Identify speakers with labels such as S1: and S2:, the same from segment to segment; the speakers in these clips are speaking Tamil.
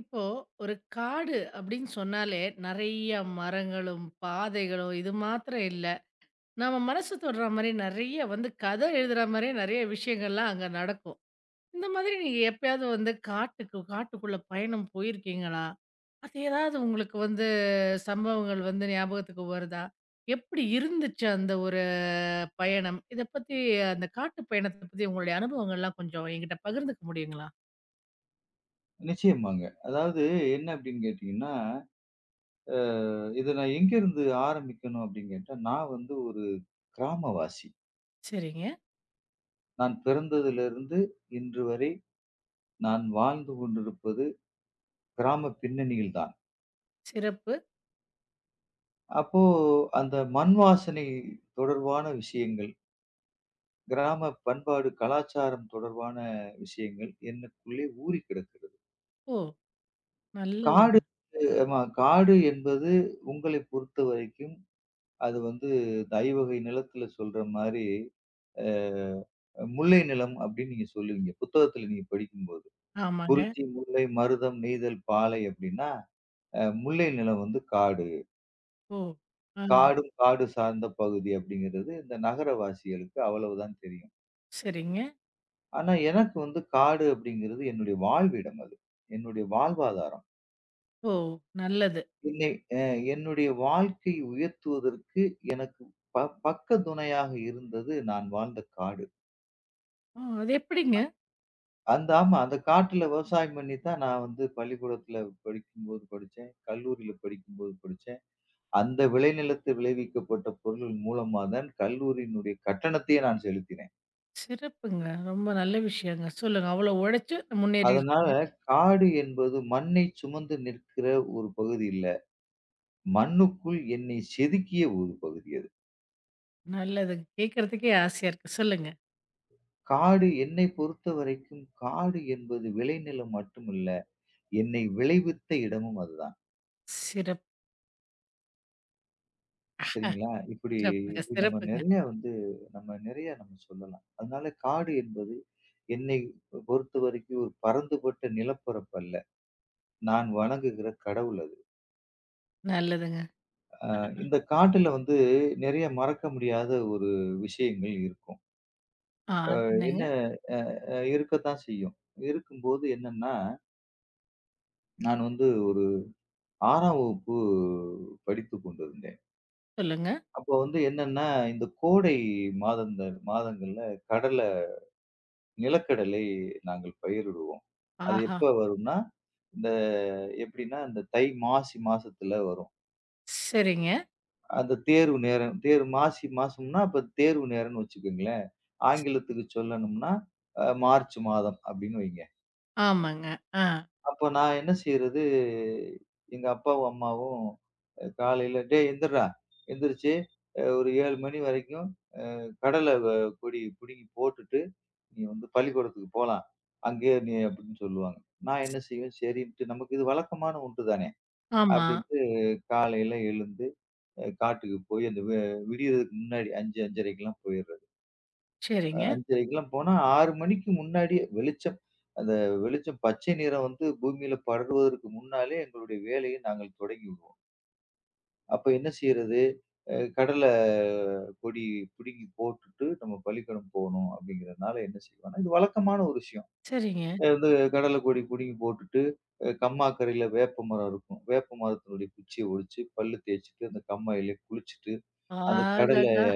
S1: இப்போ ஒரு காடு அப்படின்னு சொன்னாலே நிறைய மரங்களும், பாதைகளும் இது மாத்திரம் இல்ல. நம்ம மனசு தொடுற மாரி நிறைய வந்து கதை எழுதுற மாரியே நிறைய விஷயங்கள்லாம் அங்க நடக்கும். இந்த மாதிரி நீங்க எப்பயாவது வந்து காட்டுக்குள்ள பயணம் போயிருக்கீங்களா? அது ஏதாவது உங்களுக்கு வந்து சம்பவங்கள் வந்து ஞாபகத்துக்கு வருதா? எப்படி இருந்துச்சு அந்த ஒரு பயணம்? இத பத்தி அந்த காட்டு பயணத்த பத்தி உங்களுடைய அனுபவங்கள்லாம் கொஞ்சம் என்கிட்ட பகிர்ந்துக்க முடியுங்களா?
S2: நிச்சயமாங்க. அதாவது என்ன அப்படின்னு கேட்டீங்கன்னா, இத நான் எங்கேருந்து ஆரம்பிக்கணும் அப்படின்னு கேட்டா, நான் வந்து ஒரு கிராமவாசி.
S1: சரிங்க.
S2: நான் பிறந்ததிலிருந்து இன்று வரை நான் வாழ்ந்து கொண்டிருப்பது கிராம பின்னணியில் தான்.
S1: சிறப்பு.
S2: அப்போ அந்த மண் வாசனை தொடர்பான விஷயங்கள், கிராம பண்பாடு, கலாச்சாரம் தொடர்பான விஷயங்கள் எனக்குள்ளே ஊறிக் கிடக்கிறது.
S1: ஓ!
S2: காடு
S1: நல்லது.
S2: ஆமா. காடு என்பது உங்களைப் பொறுத்தவரைக்கும் அது வந்து இந்த ஐவகை நிலத்துல சொல்ற மாரி, அ முல்லை நிலம் அப்படின்னு நீங்க சொல்லுவீங்க. புத்தகத்துல நீங்க படிக்கும்போது.
S1: ஆமாங்க.
S2: குறிஞ்சி, முல்லை, மருதம், நெய்தல், பாலை அப்படின்னா, முல்லை நிலம் வந்து காடு.
S1: ஓ! ஆ,
S2: காடும் காடு சார்ந்த பகுதி அப்படிங்கிறது இந்த நகரவாசிகளுக்கு அவ்வளவுதான் தெரியும்.
S1: சரிங்க.
S2: ஆனா எனக்கு வந்து காடு அப்படிங்கிறது என்னுடைய வாழ்விடம் அது. என்னுடைய வாழ்வாதாரம்.
S1: ஓ! நல்லது.
S2: என்னை அ என்னுடைய வாழ்க்கை உயர்த்துவதற்கு எனக்கு ப பக்க துணையாக இருந்தது நான் வாழ்ந்த காடு.
S1: ஓ! அது எப்படிங்க?
S2: ஆமா. அந்த காட்டுல விவசாயம் பண்ணி தான் நான் வந்து பள்ளிக்கூடத்துல படிக்கும்போது படிச்சேன். கல்லூரியில படிக்கும்போது படிச்சேன். அந்த விளைநிலத்தில் விளைவிக்கப்பட்ட பொருள் மூலமா தான் கல்லூரியினுடைய கட்டணத்தையே நான் செலுத்தினேன்.
S1: சிறப்புங்க. ரொம்ப நல்ல விஷயங்க. சொல்லுங்க. அவ்வளோ உழைச்சு முன்னேறி
S2: அதனால
S1: இருக்கீங்க.
S2: காடு என்பது மண்ணை சுமந்து நிற்கிற ஒரு பகுதி இல்ல. மண்ணுக்குள் என்னை செதுக்கிய ஒரு பகுதி அது.
S1: நல்லதுங்க. கேட்கறதுக்கே ஆசையா இருக்கு. சொல்லுங்க.
S2: காடு என்னை பொறுத்தவரைக்கும் காடு என்பது விளைநிலம் மட்டுமல்ல. என்னை விளைவித்த இடமும் அதுதான்.
S1: சிறப்
S2: சரிங்களா? இப்படி
S1: சிறப்புங்க,
S2: இப்படி நம்ம
S1: சிறப்புங்க.
S2: நெறைய வந்து நம்ம நெறைய நம்ம சொல்லலாம். அதனால காடு என்பது என்னை பொறுத்தவரைக்கும் ஒரு பரந்துபட்ட நிலப்பரப்பு அல்ல. நான் வணங்குகிற கடவுள் அது.
S1: நல்லதுங்க.
S2: இந்த காட்டுல வந்து நெறைய மறக்க முடியாத ஒரு விஷயங்கள் இருக்கும்.
S1: ஆ,
S2: அ
S1: அது
S2: என்ன
S1: என்னங்க?
S2: அ அ இருக்கத்தான் செய்யும். இருக்கும்போது என்னன்னா, நான் வந்து ஒரு 6ஆம் வகுப்பு படித்துக் கொண்டிருந்தேன்.
S1: சொல்லுங்க.
S2: அப்போ வந்து என்னன்னா, இந்த கோடை மாதங்கள்ல கடல் நிலக்கடலை நாங்கள் பயிரிடுவோம். அது
S1: ஆஹா!
S2: எப்ப வரும்னா, இந்த எப்படின்னா, இந்த தை, மாசி மாசத்துல வரும்.
S1: சரிங்க.
S2: அந்த தேர்வு நேரம் தேர்வு மாசி மாசம்னா, அப்ப தேர்வு நேரம்னு வச்சுக்கோங்களேன்.
S1: ஸ்
S2: ஆங்கிலத்துக்கு சொல்லணும்னா, மார்ச் மாதம் அப்படின்னு வைங்க.
S1: ஆமாங்க. ஆ.
S2: அப்ப நான் என்ன செய்றது, எங்க அப்பாவும், அம்மாவும் காலையில, "டேய் எந்திர்றா, எந்திரிச்சு ஒரு 7 மணி வரைக்கும் கடலை கொடி புடுங்கி போட்டுட்டு" நீ வந்து பள்ளிக்கூடத்துக்கு போலாம். அங்கேயே நீ அப்படின்னு சொல்லுவாங்க. நான் என்ன செய்வேன், சரின்ட்டு நமக்கு இது வழக்கமான ஒன்று தானே!
S1: ஆமா.
S2: அப்படின்ட்டு காலையில எழுந்து காட்டுக்கு போய் அந்த விடியறதுக்கு முன்னாடி 5, 5:30க்கெல்லாம் போயிர்றது.
S1: சரிங்க,
S2: 5:30க்கெல்லாம் போனா 6 மணிக்கு முன்னாடியே அந்த வெளிச்சம் பச்சை நிறம் வந்து பூமியில படர்வதற்கு முன்னாலே எங்களுடைய வேலையை நாங்கள் தொடங்கி விடுவோம். அப்ப என்ன செய்றது, கடலை கொடி பிடுங்கி போட்டுட்டு நம்ம பள்ளிக்கூடம் போணும் அப்படிங்கிறதுனால என்ன செய்வோம்னா, இது வழக்கமான ஒரு விஷயம்.
S1: சரிங்க.
S2: வந்து கடலை கொடி பிடுங்கி போட்டுட்டு, கம்மாக்கரையில வேப்ப மரம் இருக்கும். வேப்ப மரத்தினுடைய குச்சிய ஒடிச்சு, பல்லு தேய்ச்சுட்டு, அந்த கம்மாயிலே குளிச்சுட்டு, அந்த கடலை
S1: ஆககா!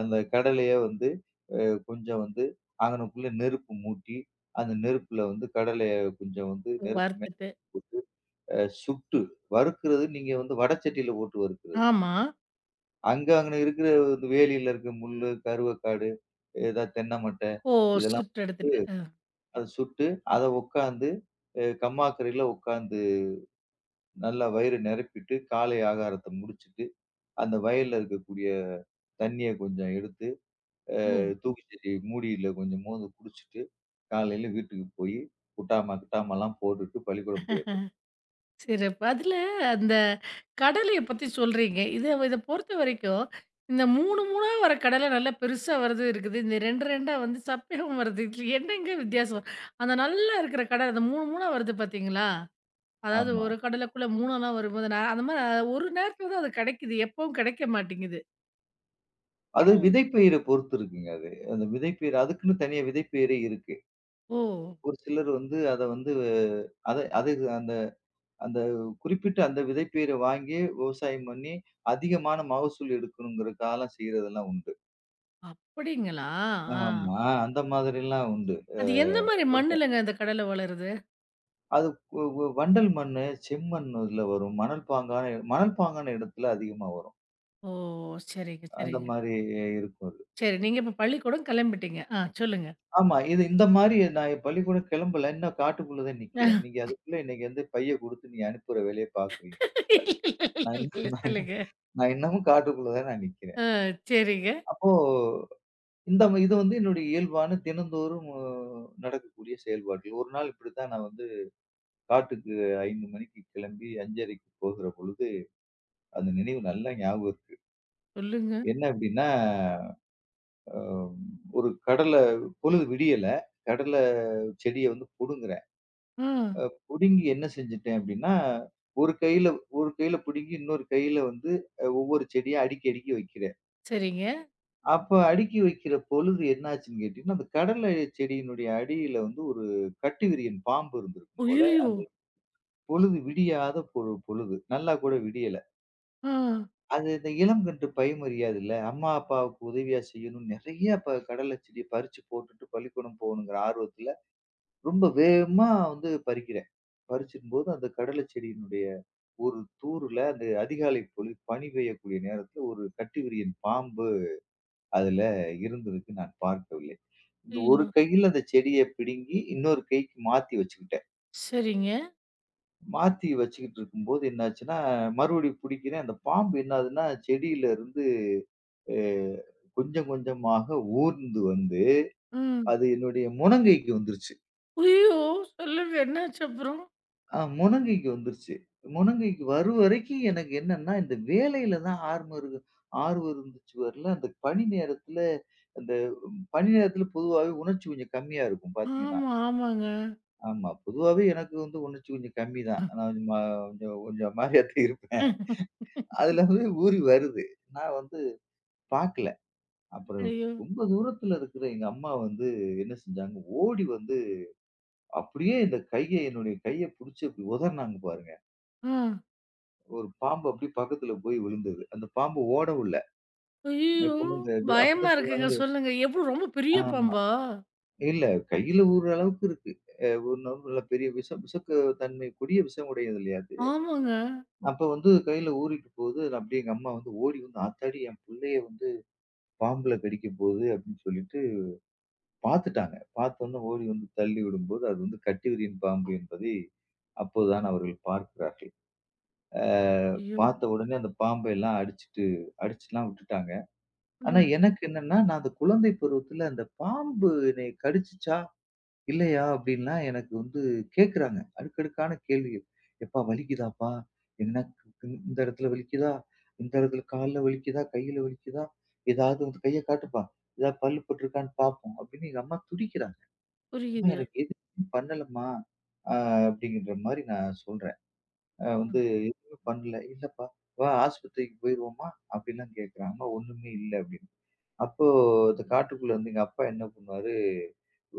S2: அந்த கடலைய வந்து கொஞ்சம் வந்து அங்கனக்குள்ள நெருப்பு மூட்டி, அந்த நெருப்புல வந்து கடலைய கொஞ்சம் வந்து நெருப்பு
S1: வறுத்துட்டு.
S2: சுட்டு வறுக்கிறது நீங்க வந்து வடச்சட்டியில போட்டு வறுக்கிறது.
S1: ஆமா.
S2: அங்க அங்கன இருக்கிற இந்த வேலியில இருக்க முள்ளு, கருவக்காடு, ஏதாவது தென்னை மட்டை
S1: ஓ!
S2: இதெல்லாம்
S1: சுட்டு எடுத்துட்டு.
S2: அத சுட்டு, அத உட்காந்து கம்மாக்கரையில உட்காந்து நல்லா வயிறு நிரப்பிட்டு, காலை ஆகாரத்த முடிச்சுட்டு, அந்த வயல்ல இருக்கக்கூடிய தண்ணிய கொஞ்சம் எடுத்து,
S1: ஓ!
S2: தூக்குச்சட்டி மூடியில கொஞ்சம் மோந்து குடிச்சுட்டு, காலையில வீட்டுக்கு போயி, குட்டாமா, கிட்டாமாலாம் போட்டுட்டு பள்ளிக்கூடம் போயிரு.
S1: சிறப்பு. அதுல அந்த கடலைய பத்தி சொல்றீங்க. இத இத பொறுத்தவரைக்கும், இந்த 3 3ஆ வர கடலை நல்லா பெருசா வரது இருக்குது. இந்த 2 2ஆ வந்து சப்பையாவும் வருது. இதுல என்னங்க வித்தியாசம்? அந்த நல்லா இருக்கிற கடலை, அந்த 3 3ஆ வருது பார்த்தீங்களா? அதாவது
S2: ஆமா.
S1: ஒரு கடலைக்குள்ள 3லாம் வரும்போது, நான் அந்த மாரி ஒரு நேரத்துல தான் அது கிடைக்குது. எப்பவும் கிடைக்க மாட்டேங்குது.
S2: அது
S1: ஆமா.
S2: விதைப்பயிர பொறுத்து இருக்குங்க அது. அந்த விதைப்பயிர் அதுக்குன்னு தனியா விதைப்பயிரே இருக்கு.
S1: ஓ!
S2: ஒரு சிலர் வந்து அத வந்து அத அது அந்த அந்த குறிப்பிட்ட அந்த விதைப்பயிர வாங்கி விவசாயம் பண்ணி, அதிகமான மகசூல் எடுக்கணுங்கிறதுக்காகலாம் செய்றதெல்லாம் உண்டு.
S1: அப்படிங்களா? ஆ.
S2: ஆமா. அந்த மாதிரிலாம் உண்டு.
S1: அது எந்த மாரி
S2: அ
S1: மண்ணுலங்க இந்த கடலை வளருது?
S2: அது வ வ வண்டல் மண்ணு, செம்மண் இதுல வரும். மணல் பாங்கான மணல் பாங்கான இடத்துல அதிகமா வரும்.
S1: ஓ! சரிங்க,
S2: அந்த
S1: சரிங்க.
S2: மாரி இருக்கும் அது.
S1: சரி, நீங்க இப்ப பள்ளிக்கூடம் கிளம்பிட்டீங்க. ஆ, சொல்லுங்க.
S2: ஆமா. இது இந்த மாரி நான் என் பள்ளிக்கூடம் கிளம்பல. இன்னும் காட்டுக்குள்ள தான் நிக்கிறேன். நீங்க அதுக்குள்ள இன்னைக்கு வந்து பைய குடுத்து நீங்க அனுப்புற வேலைய பார்க்குறீங்க நீங்க இப்ப.
S1: இல்ல,
S2: நான்
S1: இல்ல,
S2: இன்னும்
S1: இல்ல.
S2: நான் இன்னும்
S1: சொல்லுங்க.
S2: நான் இன்னமும் காட்டுக்குள்ள தான் நான் நிக்கிறேன்.
S1: அ சரிங்க.
S2: அப்போ இந்த இது வந்து என்னுடைய இயல்பான தினந்தோறும் நடக்கக்கூடிய செயல்பாடுகள். ஒரு நாள் இப்படித்தான் நான் வந்து காட்டுக்கு 5 மணிக்கு கிளம்பி 5:30க்கு போகிற பொழுது, அந்த நினைவு நல்லா ஞாபகம் இருக்கு.
S1: சொல்லுங்க.
S2: என்ன அப்படின்னா அம் ஒரு கடலை பொழுது விடியல. கடலை செடிய வந்து புடுங்குறேன்.
S1: ஆ.
S2: புடுங்கி என்ன செஞ்சுட்டேன் அப்டின்னா, ஒரு கையில ஒரு கையில புடுங்கி இன்னொரு கையில வந்து ஒவ்வொரு செடியா அடுக்கி, அடுக்கி வைக்கிறேன்.
S1: சரிங்க.
S2: அப்ப அடுக்கி வைக்கிற பொழுது என்னாச்சுன்னு கேட்டீங்கன்னா, அந்த கடலை செடியினுடைய அடியில வந்து ஒரு கட்டுவிரியன் பாம்பு இருந்திருக்கும் போல.
S1: அய்யய்யோ!
S2: அந்த பொழுது விடியாத பொழுது. நல்லா கூட விடியல.
S1: ஆ.
S2: அது இந்த இளம் கன்று பயமறியாதுல்ல. அம்மா, அப்பாவுக்கு உதவியா செய்யணும்னு நெறைய கடலை செடிய பறிச்சு போட்டுட்டு பள்ளிக்கூடம் போகணுங்கிற ஆர்வத்துல ரொம்ப வேகமா வந்து பறிக்கிறேன். பறிச்சிக்கும்போது அந்த கடலை செடியினுடைய ஒரு தூறுல அந்த அதிகாலை பொழுது பனி பெய்யக்கூடிய நேரத்துல ஒரு கட்டுவிரியன் பாம்பு அதுல இருந்ததுக்கு நான் பார்க்கவில்லை. இந்த ஒரு
S1: ஐயோ!
S2: கையில அந்த செடிய பிடுங்கி இன்னொரு கைக்கு மாத்தி வச்சுக்கிட்டேன்.
S1: சரிங்க.
S2: மாத்தி வச்சுக்கிட்டு இருக்கும்போது என்னாச்சுன்னா, மறுபடியும் பிடிக்கிறேன். அந்த பாம்பு என்னாதுன்னா செடியில இருந்து அ கொஞ்சம் கொஞ்சமாக ஊர்ந்து வந்து
S1: ம்.
S2: அது என்னுடைய முனங்கைக்கு வந்துருச்சு.
S1: அய்யய்யோ! சொல்லுங்க. என்னாச்சு அப்புறம்?
S2: ஆ, முனங்கைக்கு வந்துருச்சு. முனங்கைக்கு வரும் வரைக்கும் எனக்கு என்னன்னா, இந்த வேலையில தான் ஆர்வம் இருக்கு ஆர்வம் இருந்துச்சு வரல. அந்த பணி நேரத்துல பொதுவாவே உணர்ச்சி கொஞ்சம் கம்மியா இருக்கும் பார்த்தீங்கன்னா.
S1: ஆமா, ஆமாங்க.
S2: ஆமா. பொதுவாவே எனக்கு வந்து உணர்ச்சி கொஞ்சம் கம்மி தான். நான் கொஞ்சம் கொஞ்சம் கொஞ்சம் அமாரியா தான் இருப்பேன். அதுல வந்து ஊறி வருது. நான் வந்து பார்க்கல. அப்புறம்
S1: ஐயோ!
S2: ரொம்ப தூரத்துல இருக்கிற எங்க அம்மா வந்து என்ன செஞ்சாங்க, ஓடி வந்து அப்படியே இந்த கைய என்னுடைய கைய புடிச்சு அப்படி உதர்னாங்க பாருங்க.
S1: ஆ.
S2: ஒரு பாம்பு அப்படியே பக்கத்துல போய் விழுந்தது. அந்த பாம்பு ஓடவுல்ல.
S1: ஐயய்யோ!
S2: எப்பவுமே இந்த இது
S1: பயமா
S2: அப்படித்தான் சொல்லுவாங்க.
S1: இருக்குங்க.
S2: இந்த
S1: சொல்லுங்க. எவ்ளோ ரொம்ப பெரிய
S2: ஆமா.
S1: பாம்பா?
S2: இல்ல கையில ஊர்ற அளவுக்கு இருக்கு. ஒரு நல்ல பெரிய விஷக்கு தன்மை கொடிய விஷம் உடையது இல்லையா அது.
S1: ஆமாங்க.
S2: அப்ப வந்து கையில ஊறிட்டு போகுது. நான் அப்படியே எங்க அம்மா வந்து ஓடி வந்து ஆத்தாடி என் புள்ளைய வந்து பாம்புல கடிக்க போகுது அப்படின்னு சொல்லிட்டு பார்த்துட்டாங்க. பார்த்தோன்னே ஓடி வந்து தள்ளி விடும்போது அது வந்து கட்டுவிரியன் பாம்பு என்பதை அப்போதுதான் அவர்கள் பார்க்கிறார்கள். அ
S1: ஐயோ!
S2: பார்த்த உடனே அந்த பாம்பை எல்லாம் அடிச்சுட்டு அடிச்சுலாம் விட்டுட்டாங்க.
S1: ஆ.
S2: ஆனா எனக்கு என்னன்னா, நான் அந்த குழந்தை பருவத்துல அந்த பாம்பு என்னைய கடிச்சுச்சா? இல்லையா? அப்படின்லாம் எனக்கு வந்து கேட்குறாங்க. அடுக்கடுக்கான கேள்விகள். "எப்பா வலிக்குதாப்பா? எனக்கு இந்த இடத்துல வலிக்குதா? இந்த இடத்துல கால்ல வலிக்குதா? கையில வலிக்குதா? ஏதாவது வந்து கைய காட்டுப்பா. ஏதாவது பல்லு பட்டுருக்கான்னு பார்ப்போம்." அப்படின்னு எங்க அம்மா துடிக்கிறாங்க. "அம்மா
S1: புரியுது.
S2: எனக்கு எதுவும் பண்ணலம்மா." அ அப்படிங்கிற மாரி நான் சொல்றேன். அ
S1: ம்.
S2: வந்து "எதுவுமே பண்ணல." "இல்லப்பா, வா ஆஸ்பத்திரிக்கு போயிருவோமா?" அப்படிலாம் கேட்குறாங்க. "அம்மா ஒண்ணுமே இல்ல." அப்படின்னு. அப்போ அந்த காட்டுக்குள்ள வந்து எங்க அப்பா என்ன பண்ணுவாரு,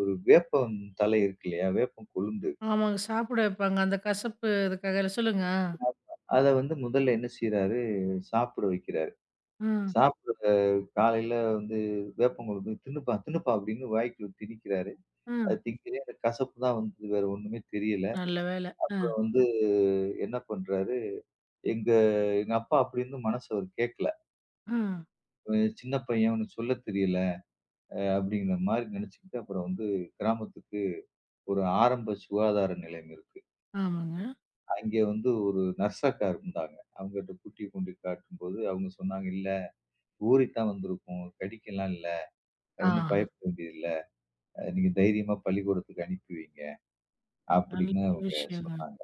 S2: ஒரு வேப்பம் தலை இருக்கு இல்லையா? வேப்பம் கொழுந்து.
S1: ஆமாங்க. சாப்பிட வைப்பாங்க. அந்த கசப்பு இதுக்காக சொல்லுங்க.
S2: அத வந்து முதல்ல என்ன செய்றாரு, சாப்பிட வைக்கிறாரு.
S1: ஆ. ஆ.
S2: சாப்பிட காலையில வந்து வேப்பம் கொழுந்து "தின்னுப்பா, தின்னுப்பா" அப்படின்னு வாய்க்குள்ள திணிக்கிறாரு.
S1: ஆ.
S2: அது திணிக்கவே அந்த கசப்பு தான் வந்தது. வேற ஒண்ணுமே தெரியல.
S1: நல்ல வேலை. ஆ.
S2: அப்புறம் வந்து என்ன பண்றாரு, எங்க எங்க அப்பா அப்படி இருந்தும் மனசு அவரு கேட்கல.
S1: ஆ.
S2: "இவன் சின்ன பையன், இவனுக்கு சொல்ல தெரியல" அப்படிங்கிற மாரி நெனச்சுக்கிட்டு அப்புறம் வந்து கிராமத்துக்கு ஒரு ஆரம்ப சுகாதார நிலையம் இருக்கு.
S1: ஆமாங்க.
S2: அங்கே வந்து ஒரு நர்ஸ் அக்கா இருந்தாங்க. அவங்கட்ட கூட்டி கொண்டு காட்டும்போது, அவங்க சொன்னாங்க, "இல்ல ஊறி தான் வந்திருக்கும். கடிக்கலாம் இல்ல.
S1: ஆ.
S2: ஒண்ணும் பயப்பட வேண்டியதில்ல. நீங்க தைரியமா பள்ளிக்கூடத்துக்கு அனுப்பி வைங்க." அப்படின்னு
S1: நல்ல
S2: அவங்க
S1: விஷயங்க.
S2: சொன்னாங்க.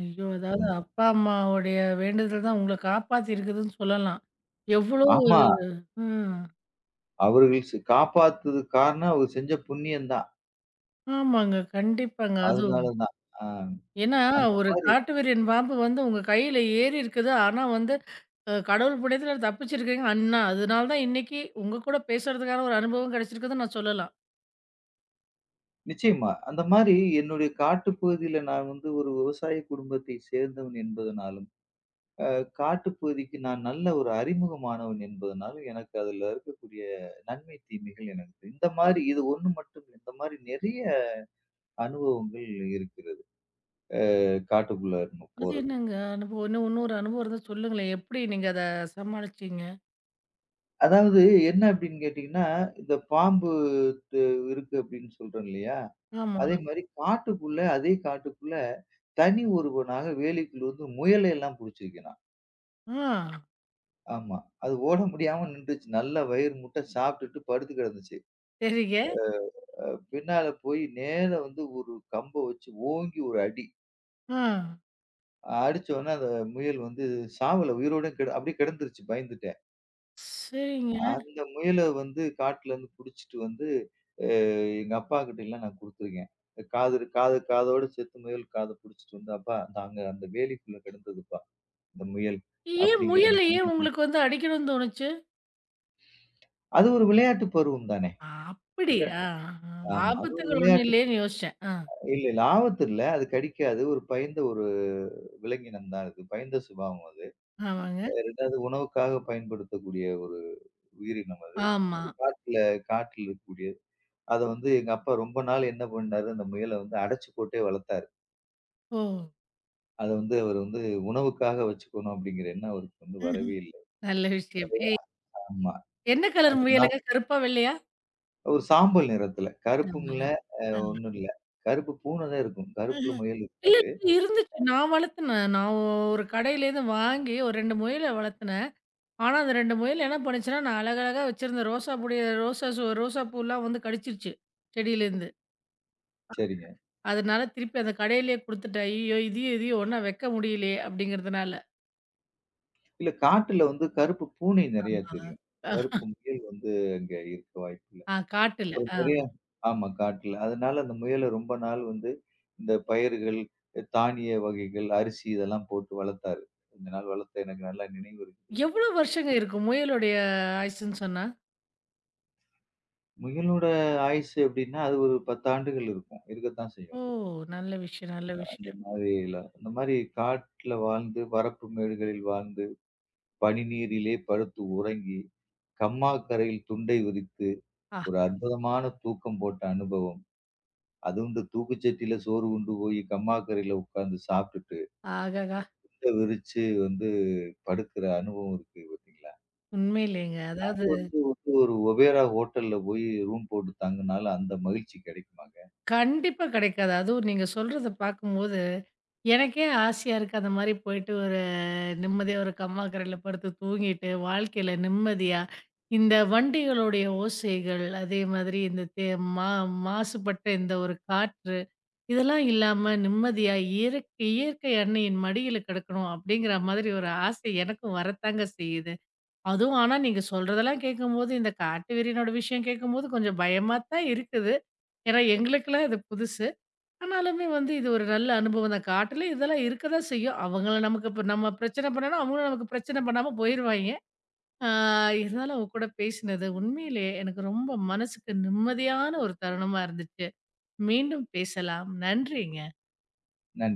S1: ஐயோ! அதாவது
S2: சொன்னாங்க.
S1: அப்பா, அம்மாவுடைய வேண்டுதல் தான் உங்கள காப்பாத்தியிருக்குதுன்னு சொல்லலாம். எவ்ளோ
S2: ஆமா.
S1: ம்.
S2: அவர்கள் காப்பாத்துது காரணம் அவங்க செஞ்ச புண்ணியம் தான்.
S1: ஆமாங்க. கண்டிப்பாங்க. அதுவும்
S2: அதனால தான். ஆ,
S1: ஏன்னா,
S2: அந்த
S1: ஒரு
S2: மாரி
S1: காட்டுவிரியன் பாம்பு வந்து உங்க கையில ஏறி இருக்குது. ஆனா வந்து கடவுள் புண்ணியத்துல தப்பிச்சிருக்கீங்க. அன்னா அதனால தான் இன்னைக்கு உங்க கூட பேசுறதுக்கான ஒரு அனுபவம் கிடைச்சிருக்குதுன்னு நான் சொல்லலாம்.
S2: நிச்சயமா. அந்த மாரி என்னுடைய காட்டுப்பகுதியில நான் வந்து ஒரு விவசாய குடும்பத்தை சேர்ந்தவன் என்பதனால காட்டுப்பகுதிக்கு நான் நல்ல ஒரு அறிமுகமானவன் என்பதனால, எனக்கு அதுல இருக்கக்கூடிய நன்மை, தீமைகள் எனக்கு இந்த மாரி இது ஒண்ணு மட்டும் இல்ல. இந்த மாரி நெறைய அனுபவங்கள் இருக்கிறது. காட்டுக்குள்ள நம்ம
S1: அது
S2: போறது.
S1: என்னங்க அனுபவம்? இன்னும் இன்னொரு அனுபவம் இருந்தா சொல்லுங்களேன். எப்படி நீங்க அத சமாளிச்சீங்க?
S2: அதாவது என்ன அப்படின்னு கேட்டீங்கன்னா, இந்த பாம்பு து இருக்கு அப்படின்னு சொல்றேன் இல்லையா?
S1: ஆமா.
S2: அதே மாரி காட்டுக்குள்ள தனி ஒருவனாக வேலிக்குள்ள வந்து முயலை எல்லாம் புடிச்சிருக்கேன் நான்.
S1: ஆ.
S2: ஆமா. அது ஓட முடியாம நின்றுச்சு. நல்லா வயிறு முட்ட சாப்பிட்டுட்டு படுத்து கிடந்துச்சு.
S1: சரிங்க.
S2: பின்னால போய் நேரா வந்து ஒரு கம்ப வச்சு ஓங்கி ஒரு அடி.
S1: ஆ.
S2: அடிச்ச உடனே அந்த முயல் வந்து சாவல. உயிரோட கெட அப்படியே கிடந்துருச்சு பயந்துட்டேன்.
S1: சரிங்க.
S2: அந்த முயல வந்து காட்டுலருந்து புடிச்சுட்டு வந்து அ எங்க அப்பாகிட்டலாம் நான் குடுத்துருக்கேன். காது காது காதோட செத்து முயல் காத புடிச்சுட்டு வந்து, "அப்பா நாங்க அந்த வேலிக்குள்ள கிடந்ததுப்பா இந்த முயல்."
S1: ஏன்
S2: அப்படிங்கிற
S1: முயல
S2: மாதிரி.
S1: ஏன் உங்களுக்கு வந்து அடிக்கணும்னு தோணுச்சு?
S2: அது ஒரு விளையாட்டு பருவம் தானே.
S1: ஆ, அப்படி. ஆ, ஆ.
S2: ஆமா. அது ஒரு
S1: ஆபத்துகள் ஒண்ணும்
S2: விளையாட்டு.
S1: இல்லையேன்னு யோசிச்சேன். ஆ,
S2: இல்ல, இல்ல ஆபத்து இல்ல. அது கடிக்காது. ஒரு பயந்த ஒரு விலங்கினம் தான் அது. பயந்த சுபாவம் அது.
S1: ஆமாங்க.
S2: 2வது உணவுக்காக பயன்படுத்தக்கூடிய ஒரு உயிரினம் அது.
S1: ஆமா.
S2: அது காட்டில இருக்கக்கூடியது. அத வந்து எங்க அப்பா ரொம்ப நாள் என்ன பண்ணாரு, அந்த முயல வந்து அடைச்சு போட்டே வளர்த்தாரு.
S1: ஓ!
S2: அத வந்து அவரு வந்து உணவுக்காக வச்சுக்கணும் அப்படிங்கிற எண்ணம் அவருக்கு வந்து
S1: ம்ஹ்ம்.
S2: வரவே இல்ல.
S1: நல்ல விஷயம். ஏய்
S2: ஆமா.
S1: என்ன கலர்
S2: அது நான்
S1: முயலுங்க? கருப்பா, வெள்ளையா?
S2: ஒரு சாம்பல் நிறத்துல. கருப்பும் இல்ல,
S1: கருமலர்.
S2: அ
S1: ஆ.
S2: ஒண்ணும் இல்ல. கருப்பு பூனை தான் இருக்கும். கருப்புல
S1: ம்ஹ்ம்.
S2: முயல்
S1: இல்ல,
S2: இருக்காது.
S1: இல்ல இருந்துச்சு. நான் வளர்த்துனேன். நான் ஒரு கடையிலேருந்து வாங்கி ஒரு 2 முயல வளர்த்துனேன். ஆனா, அந்த 2 முயல் என்ன பண்ணுச்சுன்னா, நான் அழகழகா வச்சிருந்த ரோசா பூடைய ரோசா சோ ரோசா பூலாம் வந்து கடிச்சிருச்சு செடியிலேருந்து.
S2: சரிங்க.
S1: அதனால திருப்பி அந்த கடையிலேயே குடுத்துட்டேன். ஐயய்யோ! இதையும் இதையும் ஒண்ணா வைக்க முடியலையே அப்படிங்கிறதுனால.
S2: இல்ல காட்டுல வந்து கருப்பு பூனை நெறைய தெரியும்.
S1: ஆ.
S2: கருப்பு முயல் வந்து அங்க இருக்க வாய்ப்பு
S1: ஆ காட்டுல.
S2: ஒரு
S1: ஆ.
S2: பெரிய ஆமா காட்டுல. அதனால அந்த முயல ரொம்ப நாள் வந்து இந்த பயிர்கள், தானிய வகைகள், அரிசி இதெல்லாம் போட்டு வளர்த்தாரு. கொஞ்ச நாள் வளர்த்த எனக்கு நல்லா நினைவு இருக்குது.
S1: எவ்வளோ வருஷங்க இருக்கும் முயலுடைய ஆயுசுன்னு சொன்னா?
S2: முயலோட ஆயுசு எப்படின்னா, அது ஒரு 10 ஆண்டுகள் இருக்கும். இருக்கத்தான் செய்யும்.
S1: ஓ!
S2: அது
S1: நல்ல விஷயம், நல்ல விஷயம்.
S2: அந்த மாதிரி காட்டுல வாழ்ந்து, வரப்பு மேடுகளில் வாழ்ந்து, பனி நீரிலே படுத்து உறங்கி, கம்மா கரையில் துண்டை விரித்து,
S1: ஆ
S2: ஒரு அற்புதமான தூக்கம் போட்ட அனுபவம். அதுவும் இந்த தூக்குச்சட்டியில சோறு உண்டு போய் கம்மா கரையில உட்கார்ந்து சாப்பிட்டுட்டு
S1: ஆகாகா!
S2: விரிச்சு வந்து படுக்கிற அனுபவம் இருக்கு பார்த்தீங்களா?
S1: உண்மையிலேங்க.
S2: அது
S1: அதாவது
S2: வந்து ஒரு ஒபேரா ஹோட்டல்ல போய் ரூம் போட்டு தங்குனாலும் அந்த மகிழ்ச்சி கிடைக்குமாங்க?
S1: கண்டிப்பா கிடைக்காது. அதுவும் நீங்க சொல்றத பார்க்கும்போது, எனக்கே ஆசையா இருக்கு. அந்த மாரி போயிட்டு ஒரு நிம்மதியா ஒரு கம்மாக்கரையில படுத்து தூங்கிட்டு, வாழ்க்கையில நிம்மதியா இந்த வண்டிகளுடைய ஓசைகள், அதே மாதிரி இந்த தே மா மாசுபட்ட இந்த ஒரு காற்று, இதெல்லாம் இல்லாம நிம்மதியா இயற்கை இயற்கை அன்னையின் மடியில கிடக்கணும் அப்படிங்கிற மாதிரி ஒரு ஆசை எனக்கும் வரத்தாங்க செய்யுது. அதுவும் ஆனா நீங்க சொல்றதெல்லாம் கேட்கும்போது, இந்த காட்டு வெறியனோட விஷயம் கேட்கும்போது கொஞ்சம் பயமா தான் இருக்குது. ஏன்னா எங்களுக்கெல்லாம் இது புதுசு. ஆனாலுமே வந்து இது ஒரு நல்ல அனுபவம் தான். காட்டுல இதெல்லாம் இருக்க தான் செய்யும். அவங்கள நமக்கு இப்ப நம்ம பிரச்சனை பண்ணோம்னா, அவங்களும் நமக்கு பிரச்சனை பண்ணாம போயிருவாய்ங்க. ஆ, இருந்தாலும் உங்க கூட பேசினது உண்மையிலேயே எனக்கு ரொம்ப மனசுக்கு நிம்மதியான ஒரு தருணமா இருந்துச்சு. மீண்டும் பேசலாம். நன்றிங்க.
S2: நான்